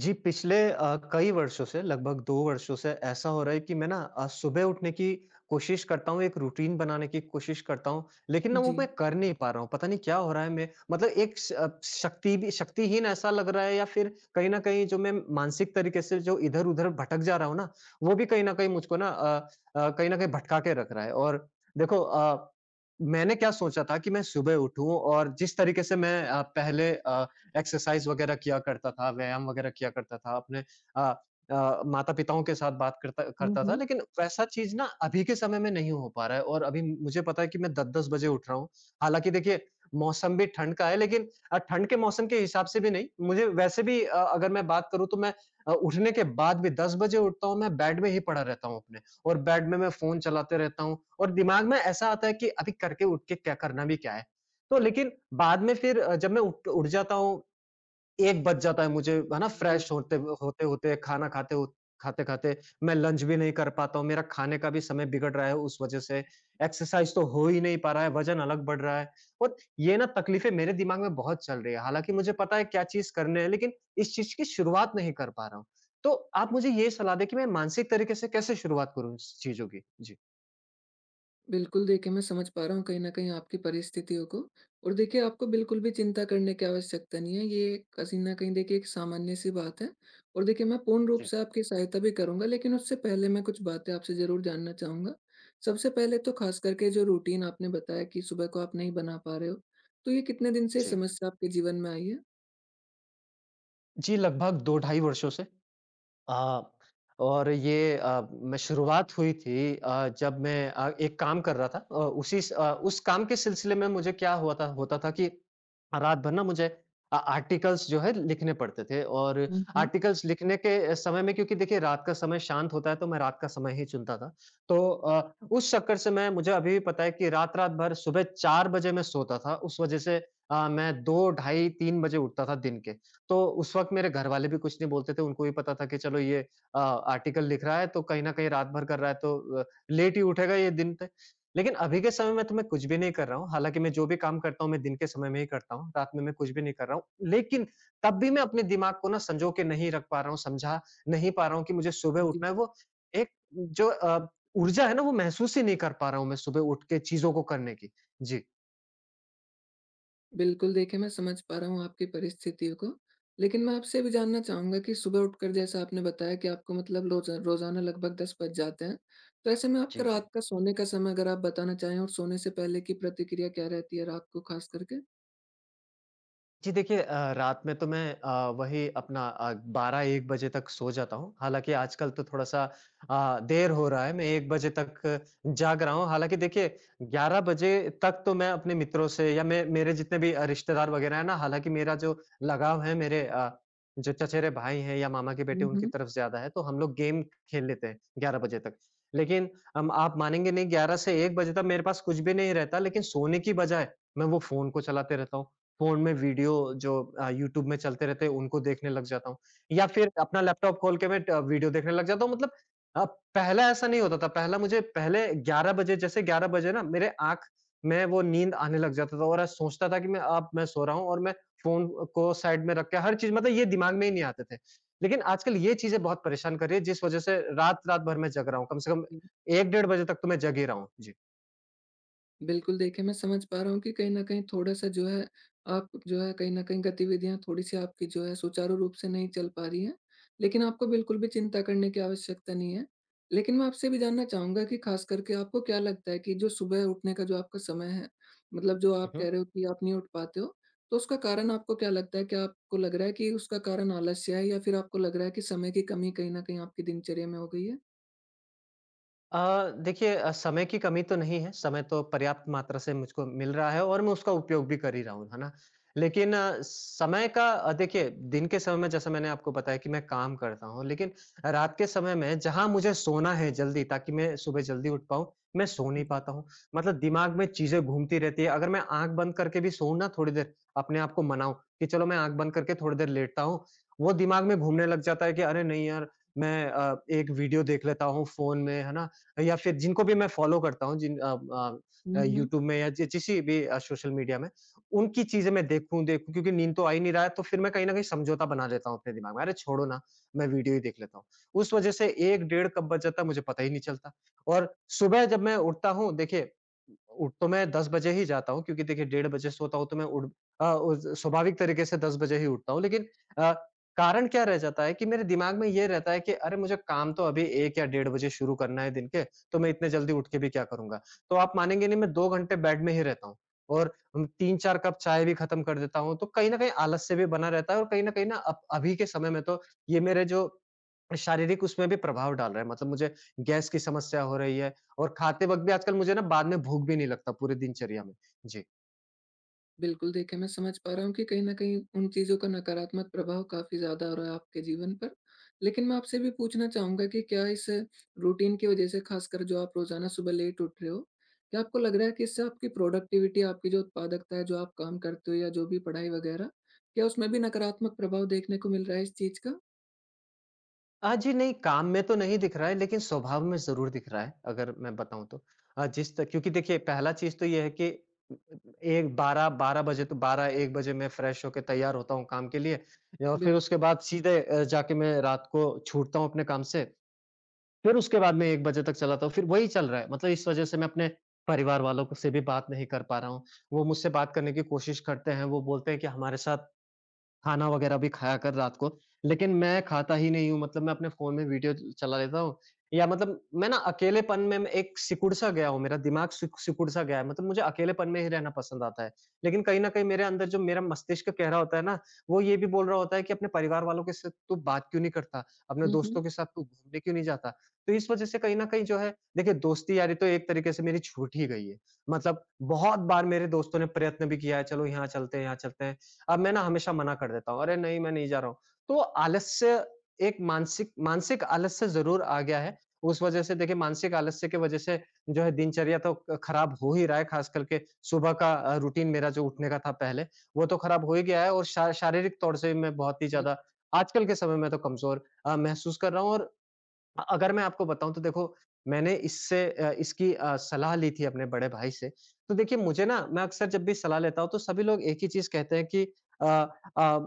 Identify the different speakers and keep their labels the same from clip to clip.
Speaker 1: जी, पिछले कई वर्षों से लगभग 2 वर्षों से ऐसा हो रहा है कि मैं ना सुबह उठने की कोशिश करता हूँ, एक रूटीन बनाने की कोशिश करता हूँ, लेकिन ना वो
Speaker 2: जी।
Speaker 1: मैं कर नहीं पा रहा हूँ। पता नहीं क्या हो रहा है मैं मतलब एक शक्ति भी शक्तिहीन ऐसा लग रहा है या फिर कहीं न कहीं जो मैं मानसिक तरीके से जो इधर-उधर भटक जा रहा हूँ ना, वो भी कहीं न कहीं मुझको ना कहीं न कहीं भटका के रख रहा है। और देखो मैंने क्या सोचा था कि मैं सुबह उठूँ और जिस तरीके से मैं पहले एक्सरसाइज वगैरह किया करता था, व्यायाम वगैरह किया करता था, अपने अ माता-पिताओं के साथ बात करता
Speaker 2: हुँ,
Speaker 1: करता था,
Speaker 2: हुँ।
Speaker 1: लेकिन वैसा चीज़ ना अभी के समय में नहीं हो पा रहा है और अभी मुझे पता है कि मैं 10-10 बजे उठ रहा हूँ। हालाँकि देखिए, मौसम भी ठंड का है लेकिन ठंड के मौसम के हिसाब से भी नहीं, मुझे वैसे भी अगर मैं बात करूँ तो मैं उठने के बाद भी 10 बजे उठता हूँ, मैं बेड में ही पड़ा रहता हूँ अपने और बेड में मैं फ़ोन चलाते रहता हूँ और दिमाग में ऐसा आता है कि अभी करके उठ के क्या करना भी क्या है? तो लेकिन बाद में फिर जब मैं उठ उठ जाता हूँ 1 बज जाता है मुझे, है ना?
Speaker 2: जी,
Speaker 1: फ्रेश होते-होते, खाना खाते हो खाते-खाते मैं लंच भी नहीं कर पाता हूँ, मेरा खाने का भी समय बिगड़ रहा है उस वजह से, एक्सरसाइज़ तो हो ही नहीं पा रहा है, वज़न अलग बढ़ रहा है और ये ना तकलीफ़ें मेरे दिमाग में बहुत चल रही है। हालाँकि मुझे पता है क्या चीज़ करने है, लेकिन इस चीज़ की शुरुआत नहीं कर पा रहा हूँ। तो आप मुझे ये सलाह दें कि मैं मानसिक तरीके से कैसे शुरुआत करूँ इस चीज़ों की? जी।
Speaker 2: बिल्कुल देखिए मैं समझ पा रहा हूँ कहीं न कहीं आपकी परिस्थितियों को। और देखिए आपको बिल्कुल भी चिंता करने की आवश्यकता नहीं है। ये कहीं न कहीं देखिए एक सामान्य-सी बात है और देखिए मैं पूर्ण रूप
Speaker 1: जी,
Speaker 2: से आपकी सहायता भी करूँगा, लेकिन उससे पहले मैं कुछ बातें आपसे ज़रूर जानना चाहूँगा। सबसे पहले तो ख़ास करके जो रूटीन आपने बताया कि सुबह को आप नहीं बना पा रहे हो, तो ये कितने दिन से
Speaker 1: जी।
Speaker 2: समस्या आपके जीवन में आई है?
Speaker 1: जी, लगभग 2 ढाई वर्षों से। अ, और ये मैं शुरुआत हुई थी जब मैं एक काम कर रहा था उस काम के सिलसिले में मुझे क्या हुआ था होता था कि रात भर ना मुझे आर्टिकल्स जो है लिखने पड़ते थे और
Speaker 2: हुँ, हुँ।
Speaker 1: आर्टिकल्स लिखने के समय में क्योंकि देखिए रात का समय शांत होता है तो मैं रात का समय ही चुनता था। तो उस चक्कर से मैं मुझे अभी भी पता है कि रात-रात भर सुबह 4 बजे मैं सोता था। उस वज़ह से मैं 2 ढाई 3 बजे उठता था दिन के। तो उस वक़्त मेरे घरवाले भी कुछ नहीं बोलते थे, उनको भी पता था कि चलो ये आर्टिकल लिख रहा है तो कहीं न कहीं रात भर कर रहा है तो लेट ही उठेगा ये दिन पे। लेकिन अभी के समय में तो मैं कुछ भी नहीं कर रहा हूँ, हालाँकि मैं जो भी काम करता हूँ मैं दिन के समय में ही करता हूँ, रात में मैं कुछ भी नहीं कर रहा हूँ। लेकिन तब भी मैं अपने दिमाग को ना सँजो के नहीं रख पा रहा हूँ, समझा नहीं पा रहा हूँ कि मुझे सुबह
Speaker 2: जी।
Speaker 1: उठना है, वो एक जो ऊर्जा है ना वो महसूस ही नहीं कर पा रहा हूँ मैं सुबह उठ के चीज़ों को करने की। जी।
Speaker 2: बिल्कुल, देखिए मैं समझ पा रहा हूँ आपकी परिस्थितियों को। लेकिन मैं आपसे ये भी जानना चाहूँगा कि सुबह उठकर जैसा आपने बताया कि आपको मतलब रोज़ाना लगभग 10 बज जाते हैं। तो ऐसे में
Speaker 1: जी,
Speaker 2: आपका
Speaker 1: जी।
Speaker 2: रात का सोने का समय अगर आप बताना चाहें और सोने से पहले की प्रतिक्रिया क्या रहती है रात को ख़ास करके?
Speaker 1: जी देखिए रात में तो मैं वही अपना 12-1 बजे तक सो जाता हूँ। हालाँकि आजकल तो थोड़ा-सा देर हो रहा है, मैं 1 बजे तक जाग रहा हूँ। हालाँकि देखिए 11 बजे तक तो मैं अपने मित्रों से या मैं मेरे जितने भी रिश्तेदार वग़ैरह हैं ना हालाँकि मेरा जो लगाव है मेरे जो चचेरे भाई हैं या मामा के बेटे
Speaker 2: हुँ,
Speaker 1: उनकी
Speaker 2: हुँ।
Speaker 1: तरफ ज़्यादा है, तो हम लोग गेम खेल लेते हैं 11 बजे तक। लेकिन हम आप मानेंगे नहीं 11 से 1 बजे तक मेरे पास कुछ भी नहीं रहता लेकिन सोने की बजाय मैं वो फ़ोन को चलाते रहता हूँ। फ़ोन में वीडियो जो यूट्यूब में चलते रहते हैं उनको देखने लग जाता हूँ या फिर अपना लैपटॉप खोल के मैं ट वीडियो देखने लग जाता हूँ मतलब अ, पहला ऐसा नहीं होता था। पहला मुझे पहले 11 बजे जैसे 11 बजे ना मेरे आँख में वो नींद आने लग जाता था और आज सोचता था कि मैं अब मैं सो रहा हूँ और मैं फ़ोन को साइड में रख के हर चीज़ मतलब ये दिमाग में ही नहीं आते थे। लेकिन आजकल ये चीज़ें बहुत परेशान कर रही है जिस वज़ह से रात-रात भर मैं जग रहा हूँ। कम से कम 1 डेढ़ बजे तक तो मैं जग ही रहा हूँ। जी।
Speaker 2: बिल्कुल, देखिए मैं समझ पा रहा हूँ कि कहीं न कहीं थोड़ा-सा जो है, आप जो है कहीं न कहीं गतिविधियाँ थोड़ी-सी आपकी जो है सुचारू रूप से नहीं चल पा रही हैं। लेकिन आपको बिल्कुल भी चिंता करने की आवश्यकता नहीं है। लेकिन मैं आपसे भी जानना चाहूँगा कि ख़ास करके आपको क्या लगता है कि जो सुबह उठने का जो आपका समय है, मतलब जो आप कह रहे हो कि आप नहीं उठ पाते हो, तो उसका कारण आपको क्या लगता है? क्या आपको लग रहा है कि उसका कारण आलस्य है या फिर आपको लग रहा है कि समय की कमी कहीं न कहीं आपकी दिनचर्या में हो गई
Speaker 1: देखिए समय की कमी तो नहीं है, समय तो पर्याप्त मात्रा से मुझको मिल रहा है और मैं उसका उपयोग भी कर ही रहा हूँ, है ना? लेकिन समय का देखिए दिन के समय में जैसा मैंने आपको बताया कि मैं काम करता हूँ, लेकिन रात के समय में जहाँ मुझे सोना है जल्दी ताकि मैं सुबह जल्दी उठ पाऊँ, मैं सो नहीं पाता हूँ। मतलब दिमाग में चीज़ें घूमती रहती है, अगर मैं आँख बंद करके भी सोऊँ ना थोड़ी देर, अपने आप को मनाऊँ कि चलो मैं आँख बंद करके थोड़ी देर लेटता हूँ, वो दिमाग में घूमने लग जाता है कि अरे नहीं यार, मैं एक वीडियो देख लेता हूँ फ़ोन में, है ना? या फिर जिनको भी मैं फॉलो करता हूँ जिन अ अ अ,
Speaker 2: है?
Speaker 1: यूट्यूब में या जि किसी भी सोशल मीडिया में, उनकी चीज़ें मैं देखूँ देखूँ क्योंकि नींद तो आ ही नहीं रहा है, तो फिर मैं कहीं न कहीं समझौता बना लेता हूँ अपने दिमाग में, अरे छोड़ो ना, मैं वीडियो ही देख लेता हूँ। उस वजह से 1 डेढ़ कब बज जाता है मुझे पता ही नहीं चलता और सुबह जब मैं उठता हूँ देखिए, उठ तो मैं 10 बजे ही जाता हूँ क्योंकि देखिए डेढ़ बजे सोता हूँ तो मैं उस स्वाभाविक तरीके से 10 बजे ही उठता हूँ लेकिन अ, कारण क्या रह जाता है कि मेरे दिमाग में ये रहता है कि अरे मुझे काम तो अभी 1 या डेढ़ बजे शुरू करना है दिन के तो मैं इतने जल्दी उठ के भी क्या करूँगा? तो आप मानेंगे नहीं मैं 2 घंटे बेड में ही रहता हूँ और 3-4 कप चाय भी खत्म कर देता हूँ, तो कहीं न कहीं आलस से भी बना रहता है और कहीं न कहीं ना अब अभी के समय में तो ये मेरे जो शारीरिक उसमें भी प्रभाव डाल रहा है। मतलब मुझे गैस की समस्या हो रही है और खाते वक़्त भी आजकल मुझे ना बाद में भूख भी नहीं लगता पूरे दिनचर्या में। जी।
Speaker 2: बिल्कुल, देखिए मैं समझ पा रहा हूँ कि कहीं न कहीं उन चीज़ों का नकारात्मक प्रभाव काफ़ी ज़्यादा हो रहा है आपके जीवन पर। लेकिन मैं आपसे भी पूछना चाहूँगा कि क्या इस रूटीन की वज़ह से ख़ासकर जो आप रोज़ाना सुबह लेट उठ रहे हो, क्या आपको लग रहा है कि इससे आपकी प्रोडक्टिविटी, आपकी जो उत्पादकता है, जो आप काम करते हो या जो भी पढ़ाई वग़ैरह, क्या उसमें भी नकारात्मक प्रभाव देखने को मिल रहा है इस चीज़ का?
Speaker 1: जी नहीं, काम में तो नहीं दिख रहा है, लेकिन स्वभाव में ज़रूर दिख रहा है, अगर मैं बताऊँ तो। जिस त क्योंकि देखिए, पहला चीज़ तो ये है कि एक 12-12 बजे तो 12-1 बजे मैं फ्रेश होके तैयार होता हूँ काम के लिए और फिर
Speaker 2: बिल्कुल।
Speaker 1: उसके बाद सीधे जाके मैं रात को छूटता हूँ अपने काम से। फिर उसके बाद मैं 1 बजे तक चलाता हूँ, फिर वही चल रहा है। मतलब इस वजह से मैं अपने परिवार वालों को से भी बात नहीं कर पा रहा हूँ। वो मुझसे बात करने की कोशिश करते हैं, वो बोलते हैं कि हमारे साथ खाना वगैरह भी खाया कर रात को, लेकिन मैं खाता ही नहीं हूँ मतलब मैं अपने फ़ोन में वीडियो च चला लेता हूँ या मतलब मैं ना अकेलेपन में मैं एक सिकुड़-सा गया हूँ, मेरा दिमाग सिकुड़-सा गया है मतलब मुझे अकेलेपन में ही रहना पसंद आता है। लेकिन कहीं न कहीं मेरे अंदर जो मेरा मस्तिष्क कह रहा होता है ना, वो ये भी बोल रहा होता है कि अपने परिवार वालों के साथ तू बात क्यों नहीं करता? अपने
Speaker 2: हुँ, हुँ।
Speaker 1: दोस्तों के साथ तू घूमने क्यों नहीं जाता? तो इस वज़ह से कहीं न कहीं जो है देखिए दोस्ती-यारी तो एक तरीके से मेरी छूट ही गई है। मतलब बहुत बार मेरे दोस्तों ने प्रयत्न भी किया है, चलो यहाँ चलते हैं, यहाँ चलते हैं। अब मैं ना हमेशा मना कर देता हूँ, "अरे नहीं, मैं नहीं जा रहा हूँ।" तो आलस्य एक मानसिक मानसिक आलस्य ज़रूर आ गया है। उस वज़ह से देखिए मानसिक आलस्य की वज़ह से जो है दिनचर्या तो क खराब हो ही रहा है, ख़ास करके सुबह का रूटीन मेरा जो उठने का था पहले, वो तो खराब हो ही गया है और शा शारीरिक तौर से मैं बहुत ही
Speaker 2: जी।
Speaker 1: ज़्यादा आजकल के समय में तो कमज़ोर महसूस कर रहा हूँ और अगर मैं आपको बताऊँ तो देखो मैंने इससे इसकी सलाह ली थी अपने बड़े भाई से। तो देखिए मुझे ना मैं अक्सर जब भी सलाह लेता हूँ तो सभी लोग एक ही चीज़ कहते हैं कि अ अ,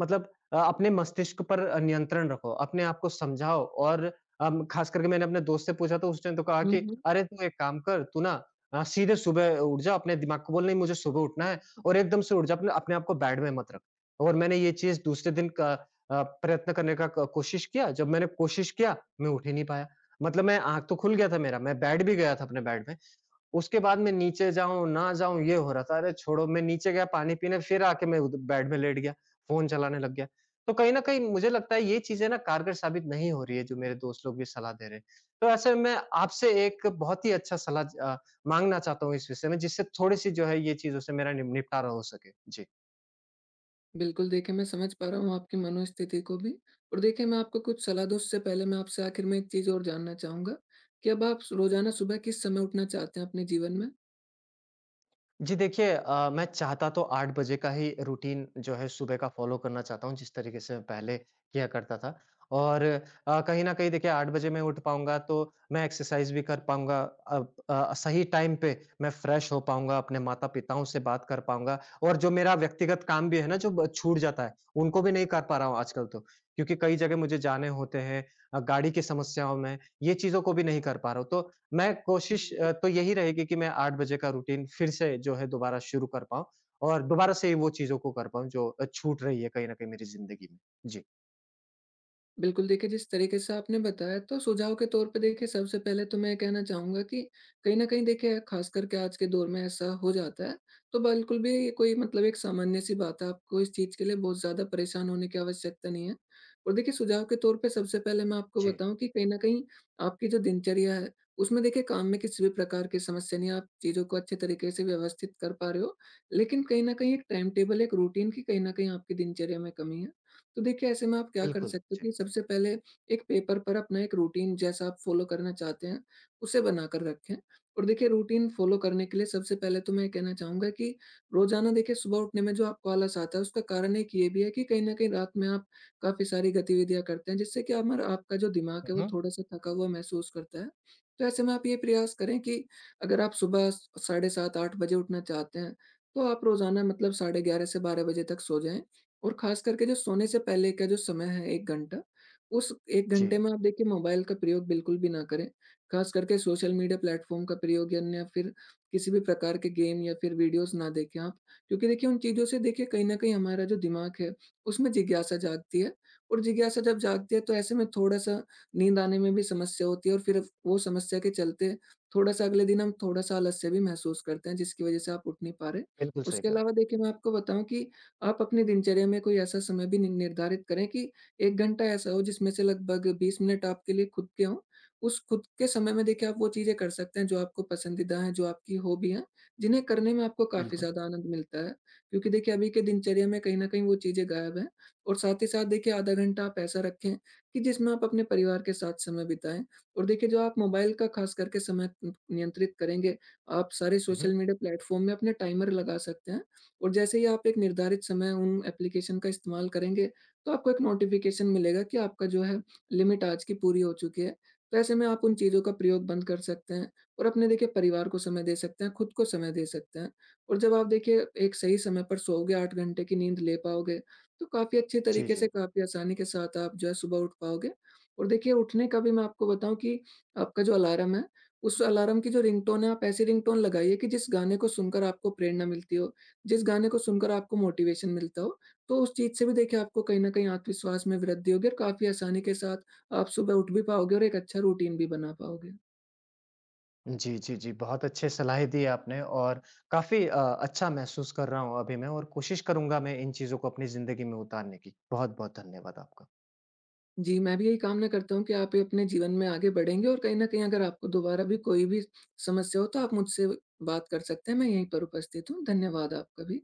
Speaker 1: मतलब अपने मस्तिष्क पर नियंत्रण रखो, अपने आप को समझाओ और ख़ास करके मैंने अपने दोस्त से पूछा तो उसने तो कहा
Speaker 2: हुँ,
Speaker 1: कि
Speaker 2: हुँ।
Speaker 1: अरे तू एक काम कर, तू ना सीधे सुबह उठ जा, अपने दिमाग को बोल नहीं मुझे सुबह उठना है और एकदम से उठ जा, अपने अपने आप को बेड में मत रख। और मैंने ये चीज़ दूसरे दिन प्रयत्न करने का क कोशिश किया, जब मैंने कोशिश किया, मैं उठ ही नहीं पाया। मतलब मैं आँख तो खुल गया था मेरा, मैं बैठ भी गया था अपने बेड में, उसके बाद मैं नीचे जाऊँ, ना जाऊँ ये हो रहा था। अरे छोड़ो, मैं नीचे गया पानी पीने, फिर आके मैं उध बेड में लेट गया, फ़ोन चलाने लग गया। तो कहीं न कहीं मुझे लगता है ये चीज़ें ना कारगर साबित नहीं हो रही है, जो मेरे दोस्त लोग भी सलाह दे रहे हैं। तो ऐसे में मैं आपसे एक बहुत ही अच्छा सलाह माँगना चाहता हूँ इस विषय में, जिससे थोड़ी-सी जो है ये चीज़ों से मेरा निम निपटारा हो सके। जी।
Speaker 2: बिल्कुल, देखिए मैं समझ पा रहा हूँ आपकी मनोस्थिति को भी। और देखिए मैं आपको कुछ सलाह दूँ उससे पहले मैं आपसे आखिर में एक चीज़ और जानना चाहूँगा, कि अब आप स रोज़ाना सुबह किस समय उठना चाहते हैं अपने जीवन में?
Speaker 1: जी देखिए मैं चाहता तो 8 बजे का ही रूटीन जो है सुबह का फ़ॉलो करना चाहता हूँ, जिस तरीके से मैं पहले किया करता था। और कहीं न कहीं देखिए 8 बजे मैं उठ पाऊँगा तो मैं एक्सरसाइज़ भी कर पाऊँगा। अब सही टाइम पे मैं फ्रेश हो पाऊँगा, अपने माता-पिताओं से बात कर पाऊँगा और जो मेरा व्यक्तिगत काम भी है ना जो ब छूट जाता है, उनको भी नहीं कर पा रहा हूँ आजकल तो। क्योंकि कई जगह मुझे जाने होते हैं गाड़ी की समस्याओं में, ये चीज़ों को भी नहीं कर पा रहा हूँ। तो मैं कोशिश
Speaker 2: बिल्कुल।
Speaker 1: तो यही रहेगी कि मैं 8 बजे का रूटीन फिर से जो है दोबारा शुरू कर पाऊँ और दोबारा से वो चीज़ों को कर पाऊँ जो छूट रही है कहीं न कहीं मेरी ज़िंदगी में। जी।
Speaker 2: बिल्कुल, देखिए जिस तरीके से आपने बताया तो सुझाव के तौर पे देखिए सबसे पहले तो मैं कहना चाहूँगा कि कहीं न कहीं देखिए ख़ास करके आज के दौर में ऐसा हो जाता है, तो बिल्कुल भी ये कोई मतलब एक सामान्य-सी बात है, आपको इस चीज़ के लिए बहुत ज़्यादा परेशान होने की आवश्यकता नहीं है। और देखिए सुझाव के तौर पे सबसे पहले मैं आपको
Speaker 1: जी,
Speaker 2: बताऊँ कि कहीं न कहीं आपकी जो दिनचर्या है, उसमें देखिए काम में किसी भी प्रकार की समस्या नहीं है, आप चीज़ों को अच्छे तरीके से व्यवस्थित कर पा रहे हो। लेकिन कहीं न कहीं एक टाइम टेबल, एक रूटीन की कहीं न कहीं आपकी दिनचर्या में कमी है। तो देखिए ऐसे में आप क्या कर
Speaker 1: बिल्कुल।
Speaker 2: सकते हो
Speaker 1: जी।
Speaker 2: कि सबसे पहले एक पेपर पर अपना एक रूटीन जैसा आप फॉलो करना चाहते हैं उसे बना कर रखें। और देखिए रूटीन फॉलो करने के लिए सबसे पहले तो मैं ये कहना चाहूंगा कि रोजाना देखिए सुबह उठने में जो आपको आलस आता है उसका कारण एक ये भी है कि कहीं ना कहीं रात में आप काफी सारी गतिविधियां करते हैं जिससे कि हमारा आपका जो दिमाग
Speaker 1: हुँ,
Speaker 2: है वो
Speaker 1: हुँ।
Speaker 2: थोड़ा सा थका हुआ महसूस करता है। तो ऐसे में आप ये प्रयास करें कि अगर आप सुबह 7:30-8 बजे उठना चाहते हैं तो आप रोजाना मतलब 11:30 से 12 बजे तक सो जाएं। और खास करके जो सोने से पहले का जो समय है 1 घंटा, उस 1
Speaker 1: जी।
Speaker 2: घंटे में आप देखिए मोबाइल का प्रयोग बिल्कुल भी ना करें। खास करके सोशल मीडिया प्लेटफ़ॉर्म का प्रयोग या अन्य फिर किसी भी प्रकार के गेम या फिर वीडियोज़ ना देखें आप। क्योंकि देखिए उन चीज़ों से देखिए कहीं न कहीं हमारा जो दिमाग है, उसमें जिज्ञासा जागती है और जिज्ञासा जब जागती है तो ऐसे में थोड़ा-सा नींद आने में भी समस्या होती है और फिर वो समस्या के चलते थोड़ा-सा अगले दिन हम थोड़ा-सा आलस्य भी महसूस करते हैं जिसकी वज़ह से आप उठ नहीं पा रहे।
Speaker 1: बिल्कुल सही
Speaker 2: उसके
Speaker 1: कहा,
Speaker 2: अलावा देखिए मैं आपको बताऊँ कि आप अपनी दिनचर्या में कोई ऐसा समय भी नि निर्धारित करें कि 1 घंटा ऐसा हो जिसमें से लगभग 20 मिनट आपके लिए खुद के हों। उस खुद के समय में देखिए आप वो चीज़ें कर सकते हैं जो आपको पसंदीदा हैं, जो आपकी हॉबी हैं, जिन्हें करने में आपको काफ़ी
Speaker 1: बिल्कुल।
Speaker 2: ज़्यादा आनंद मिलता है। क्योंकि देखिए अभी के दिनचर्या में कहीं न कहीं वो चीज़ें गायब हैं। और साथ ही साथ देखिए आधा घंटा आप ऐसा रखें कि जिसमें आप अपने परिवार के साथ समय बिताएँ। और देखिए जो आप मोबाइल का खास करके समय नि नियंत्रित करेंगे, आप सारे
Speaker 1: hmm, hmm.
Speaker 2: Social media platform में अपने टाइमर लगा सकते हैं और जैसे ही आप एक निर्धारित समय उन एप्लीकेशन का इस्तेमाल करेंगे, तो आपको एक नोटिफ़िकेशन मिलेगा कि आपका जो है लिमिट आज की पूरी हो चुकी है। तो ऐसे में आप उन चीज़ों का प्रयोग बंद कर सकते हैं और अपने देखिए परिवार को समय दे सकते हैं, खुद को समय दे सकते हैं। और जब आप देखिए एक सही समय पर सोओगे, 8 घंटे की नींद ले पाओगे, तो काफ़ी अच्छे
Speaker 1: जी,
Speaker 2: तरीके से,
Speaker 1: जी।
Speaker 2: काफ़ी आसानी के साथ आप जो है सुबह उठ पाओगे। और देखिए उठने का भी मैं आपको बताऊँ कि आपका जो अलार्म है, उस अलार्म की जो रिंगटोन है, आप ऐसी रिंगटोन लगाइए कि जिस गाने को सुनकर आपको प्रेरणा मिलती हो। जिस गाने को सुनकर आपको मोटिवेशन मिलता हो, तो उस चीज़ से भी देखिए आपको कहीं न कहीं आत्मविश्वास में वृद्धि होगी और काफ़ी आसानी के साथ आप सुबह उठ भी पाओगे और एक अच्छा रूटीन भी बना पाओगे।
Speaker 1: जी, जी, जी, बहुत अच्छे सलाहें दी आपने और काफ़ी अच्छा महसूस कर रहा हूँ अभी मैं और कोशिश करूँगा मैं इन चीज़ों को अपनी ज़िंदगी में उतारने की। बहुत-बहुत धन्यवाद आपका।
Speaker 2: जी, मैं भी यही कामना करता हूँ कि आप ये अपने जीवन में आगे बढ़ेंगे और कहीं न कहीं अगर आपको दोबारा भी कोई भी समस्या हो तो आप मुझसे बात कर सकते हैं, मैं यहीं पर उपस्थित हूँ। धन्यवाद आपका भी।